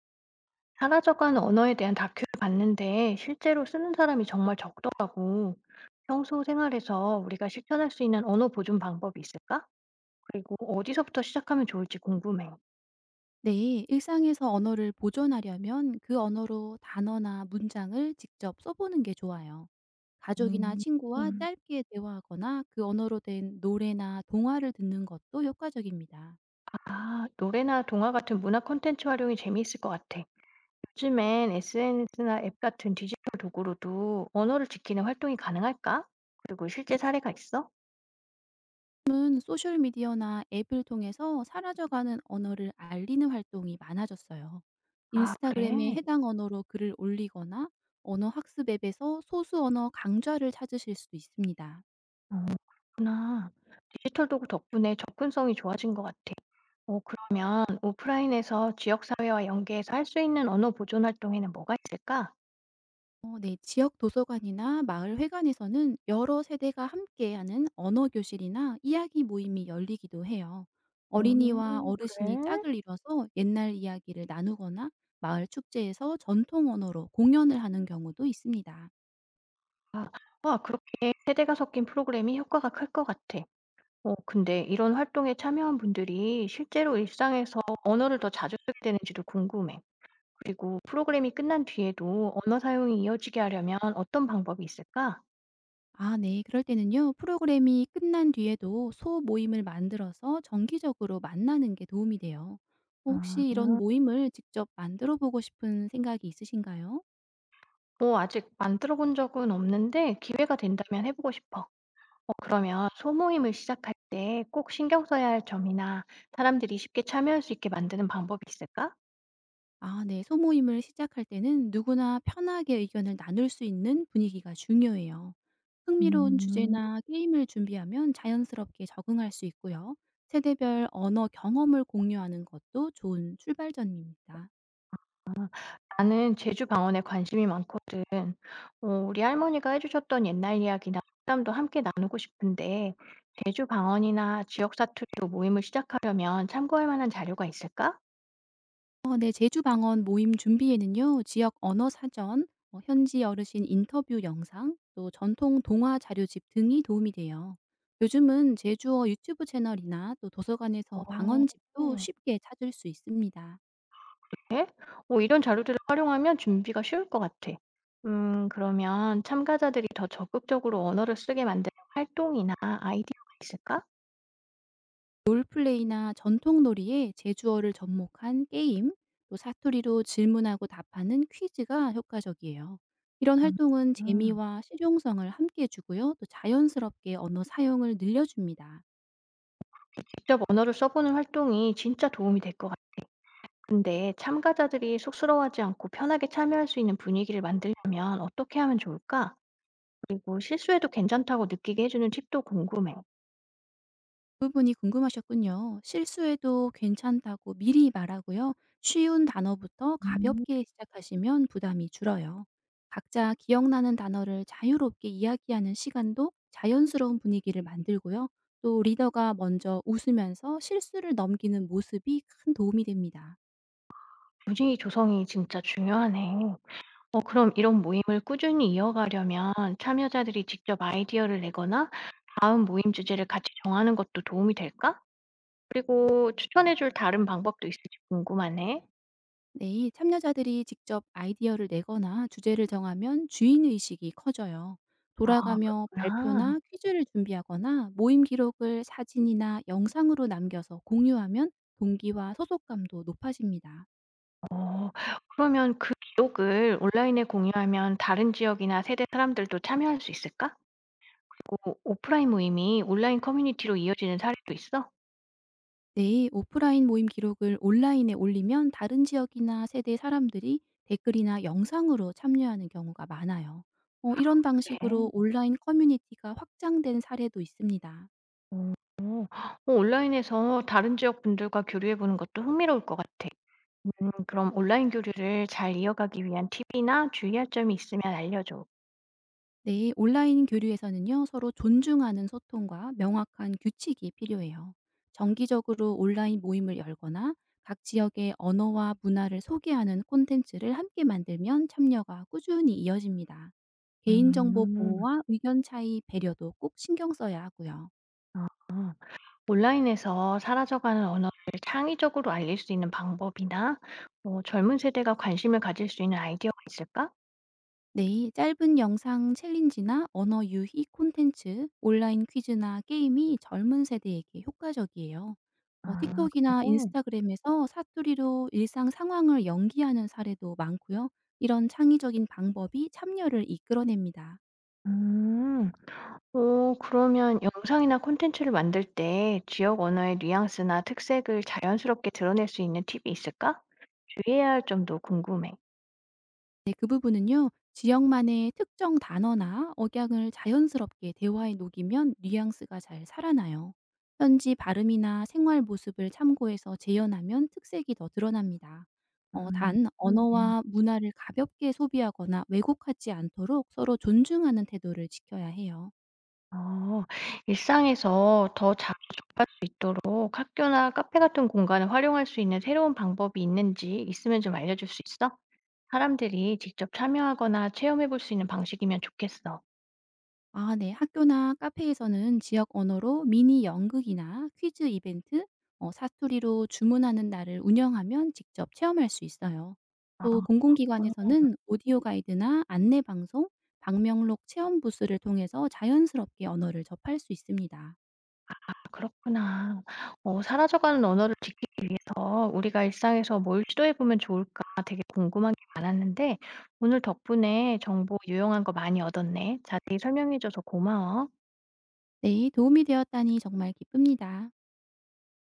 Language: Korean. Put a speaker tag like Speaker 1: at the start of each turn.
Speaker 1: 사라져가는 언어에 대한 다큐를 봤는데 실제로 쓰는 사람이 정말 적더라고. 평소 생활에서 우리가 실천할 수 있는 언어 보존 방법이 있을까? 그리고 어디서부터 시작하면 좋을지 궁금해.
Speaker 2: 네, 일상에서 언어를 보존하려면 그 언어로 단어나 문장을 직접 써보는 게 좋아요. 가족이나
Speaker 1: 음,
Speaker 2: 친구와
Speaker 1: 음.
Speaker 2: 짧게 대화하거나 그 언어로 된 노래나 동화를 듣는 것도 효과적입니다.
Speaker 1: 아, 노래나 동화 같은 문화 콘텐츠 활용이 재미있을 것 같아. 요즘엔 SNS나 앱 같은 디지털 도구로도 언어를 지키는 활동이 가능할까? 그리고 실제 사례가 있어?
Speaker 2: 요즘은 소셜미디어나 앱을 통해서 사라져가는 언어를 알리는 활동이 많아졌어요.
Speaker 1: 아, 그래.
Speaker 2: 인스타그램에 해당 언어로 글을 올리거나 언어 학습 앱에서 소수 언어 강좌를 찾으실 수도 있습니다.
Speaker 1: 어, 그렇구나. 디지털 도구 덕분에 접근성이 좋아진 것 같아. 어, 오프라인에서 지역사회와 연계해서 할 수 있는 언어 보존 활동에는 뭐가 있을까?
Speaker 2: 네. 지역 도서관이나 마을 회관에서는 여러 세대가 함께하는 언어 교실이나 이야기 모임이 열리기도 해요. 어린이와
Speaker 1: 오,
Speaker 2: 어르신이
Speaker 1: 그래?
Speaker 2: 짝을 이뤄서 옛날 이야기를 나누거나 마을 축제에서 전통 언어로 공연을 하는 경우도 있습니다.
Speaker 1: 아, 와, 그렇게 세대가 섞인 프로그램이 효과가 클 것 같아. 근데 이런 활동에 참여한 분들이 실제로 일상에서 언어를 더 자주 쓰게 되는지도 궁금해. 그리고 프로그램이 끝난 뒤에도 언어 사용이 이어지게 하려면 어떤 방법이 있을까?
Speaker 2: 아 네. 그럴 때는요. 프로그램이 끝난 뒤에도 소모임을 만들어서 정기적으로 만나는 게 도움이 돼요. 혹시 이런
Speaker 1: 음,
Speaker 2: 모임을 직접 만들어 보고 싶은 생각이 있으신가요?
Speaker 1: 뭐 아직 만들어 본 적은 없는데 기회가 된다면 해보고 싶어. 그러면 소모임을 시작할 때 꼭 신경 써야 할 점이나 사람들이 쉽게 참여할 수 있게 만드는 방법이 있을까?
Speaker 2: 아 네. 소모임을 시작할 때는 누구나 편하게 의견을 나눌 수 있는 분위기가 중요해요. 흥미로운
Speaker 1: 음,
Speaker 2: 주제나 게임을 준비하면 자연스럽게 적응할 수 있고요. 세대별 언어 경험을 공유하는 것도 좋은 출발점입니다.
Speaker 1: 나는 제주 방언에 관심이 많거든. 우리 할머니가 해주셨던 옛날 이야기나 농담도 함께 나누고 싶은데 제주 방언이나 지역 사투리로 모임을 시작하려면 참고할 만한 자료가 있을까?
Speaker 2: 네. 제주 방언 모임 준비에는요. 지역 언어 사전, 현지 어르신 인터뷰 영상, 또 전통 동화 자료집 등이 도움이 돼요. 요즘은 제주어 유튜브 채널이나 또 도서관에서
Speaker 1: 어.
Speaker 2: 방언집도 쉽게 찾을 수 있습니다.
Speaker 1: 뭐 이런 자료들을 활용하면 준비가 쉬울 것 같아. 그러면 참가자들이 더 적극적으로 언어를 쓰게 만드는 활동이나 아이디어가 있을까?
Speaker 2: 롤플레이나 전통놀이에 제주어를 접목한 게임, 또 사투리로 질문하고 답하는 퀴즈가 효과적이에요. 이런
Speaker 1: 음.
Speaker 2: 활동은
Speaker 1: 음.
Speaker 2: 재미와 실용성을 함께 주고요. 또 자연스럽게 언어 사용을 늘려줍니다.
Speaker 1: 직접 언어를 써보는 활동이 진짜 도움이 될 것 같은데 참가자들이 쑥스러워하지 않고 편하게 참여할 수 있는 분위기를 만들려면 어떻게 하면 좋을까? 그리고 실수해도 괜찮다고 느끼게 해주는 팁도 궁금해.
Speaker 2: 부분이 궁금하셨군요. 실수해도 괜찮다고 미리 말하고요. 쉬운 단어부터
Speaker 1: 음.
Speaker 2: 가볍게 시작하시면 부담이 줄어요. 각자 기억나는 단어를 자유롭게 이야기하는 시간도 자연스러운 분위기를 만들고요. 또 리더가 먼저 웃으면서 실수를 넘기는 모습이 큰 도움이 됩니다.
Speaker 1: 분위기 조성이 진짜 중요하네. 그럼 이런 모임을 꾸준히 이어가려면 참여자들이 직접 아이디어를 내거나 다음 모임 주제를 같이 정하는 것도 도움이 될까? 그리고 추천해 줄 다른 방법도 있을지 궁금하네.
Speaker 2: 네, 참여자들이 직접 아이디어를 내거나 주제를 정하면 주인의식이 커져요.
Speaker 1: 아,
Speaker 2: 돌아가며
Speaker 1: 그렇구나.
Speaker 2: 발표나 퀴즈를 준비하거나 모임 기록을 사진이나 영상으로 남겨서 공유하면 동기와 소속감도 높아집니다.
Speaker 1: 어, 그러면 그 기록을 온라인에 공유하면 다른 지역이나 세대 사람들도 참여할 수 있을까? 오, 오프라인 모임이 온라인 커뮤니티로 이어지는 사례도 있어?
Speaker 2: 네, 오프라인 모임 기록을 온라인에 올리면 다른 지역이나 세대 사람들이 댓글이나 영상으로 참여하는 경우가 많아요. 이런
Speaker 1: 그래.
Speaker 2: 방식으로 온라인 커뮤니티가 확장된 사례도 있습니다.
Speaker 1: 음, 온라인에서 다른 지역 분들과 교류해 보는 것도 흥미로울 것 같아. 그럼 온라인 교류를 잘 이어가기 위한 팁이나 주의할 점이 있으면 알려줘.
Speaker 2: 네, 온라인 교류에서는요, 서로 존중하는 소통과 명확한 규칙이 필요해요. 정기적으로 온라인 모임을 열거나 각 지역의 언어와 문화를 소개하는 콘텐츠를 함께 만들면 참여가 꾸준히 이어집니다. 개인정보
Speaker 1: 음.
Speaker 2: 보호와 의견 차이 배려도 꼭 신경 써야 하고요.
Speaker 1: 아. 온라인에서 사라져가는 언어를 창의적으로 알릴 수 있는 방법이나 뭐 젊은 세대가 관심을 가질 수 있는 아이디어가 있을까?
Speaker 2: 네, 짧은 영상 챌린지나 언어 유희 콘텐츠, 온라인 퀴즈나 게임이 젊은 세대에게 효과적이에요.
Speaker 1: 아
Speaker 2: 틱톡이나
Speaker 1: 그래?
Speaker 2: 인스타그램에서 사투리로 일상 상황을 연기하는 사례도 많고요. 이런 창의적인 방법이 참여를 이끌어냅니다.
Speaker 1: 음. 오 그러면 영상이나 콘텐츠를 만들 때 지역 언어의 뉘앙스나 특색을 자연스럽게 드러낼 수 있는 팁이 있을까? 주의해야 할 점도 궁금해.
Speaker 2: 네 그 부분은요. 지역만의 특정 단어나 억양을 자연스럽게 대화에 녹이면 뉘앙스가 잘 살아나요. 현지 발음이나 생활 모습을 참고해서 재현하면 특색이 더 드러납니다.
Speaker 1: 음.
Speaker 2: 단
Speaker 1: 음. 음.
Speaker 2: 언어와 문화를 가볍게 소비하거나 왜곡하지 않도록 서로 존중하는 태도를 지켜야 해요.
Speaker 1: 어. 일상에서 더 자주 접할 수 있도록 학교나 카페 같은 공간을 활용할 수 있는 새로운 방법이 있는지 있으면 좀 알려줄 수 있어? 사람들이 직접 참여하거나 체험해 볼 수 있는 방식이면 좋겠어.
Speaker 2: 아 네. 학교나 카페에서는 지역 언어로 미니 연극이나 퀴즈 이벤트, 사투리로 주문하는 날을 운영하면 직접 체험할 수 있어요. 또
Speaker 1: 음,
Speaker 2: 공공기관에서는 오디오 가이드나 안내 방송, 방명록 체험 부스를 통해서 자연스럽게 언어를 접할 수 있습니다.
Speaker 1: 그렇구나. 사라져가는 언어를 지키기 위해서 우리가 일상에서 뭘 시도해 보면 좋을까 이게 궁금한 게 많았는데 오늘 덕분에 정보 유용한 거 많이 얻었네. 자세히 설명해 줘서 고마워.
Speaker 2: 네. 도움이 되었다니 정말 기쁩니다.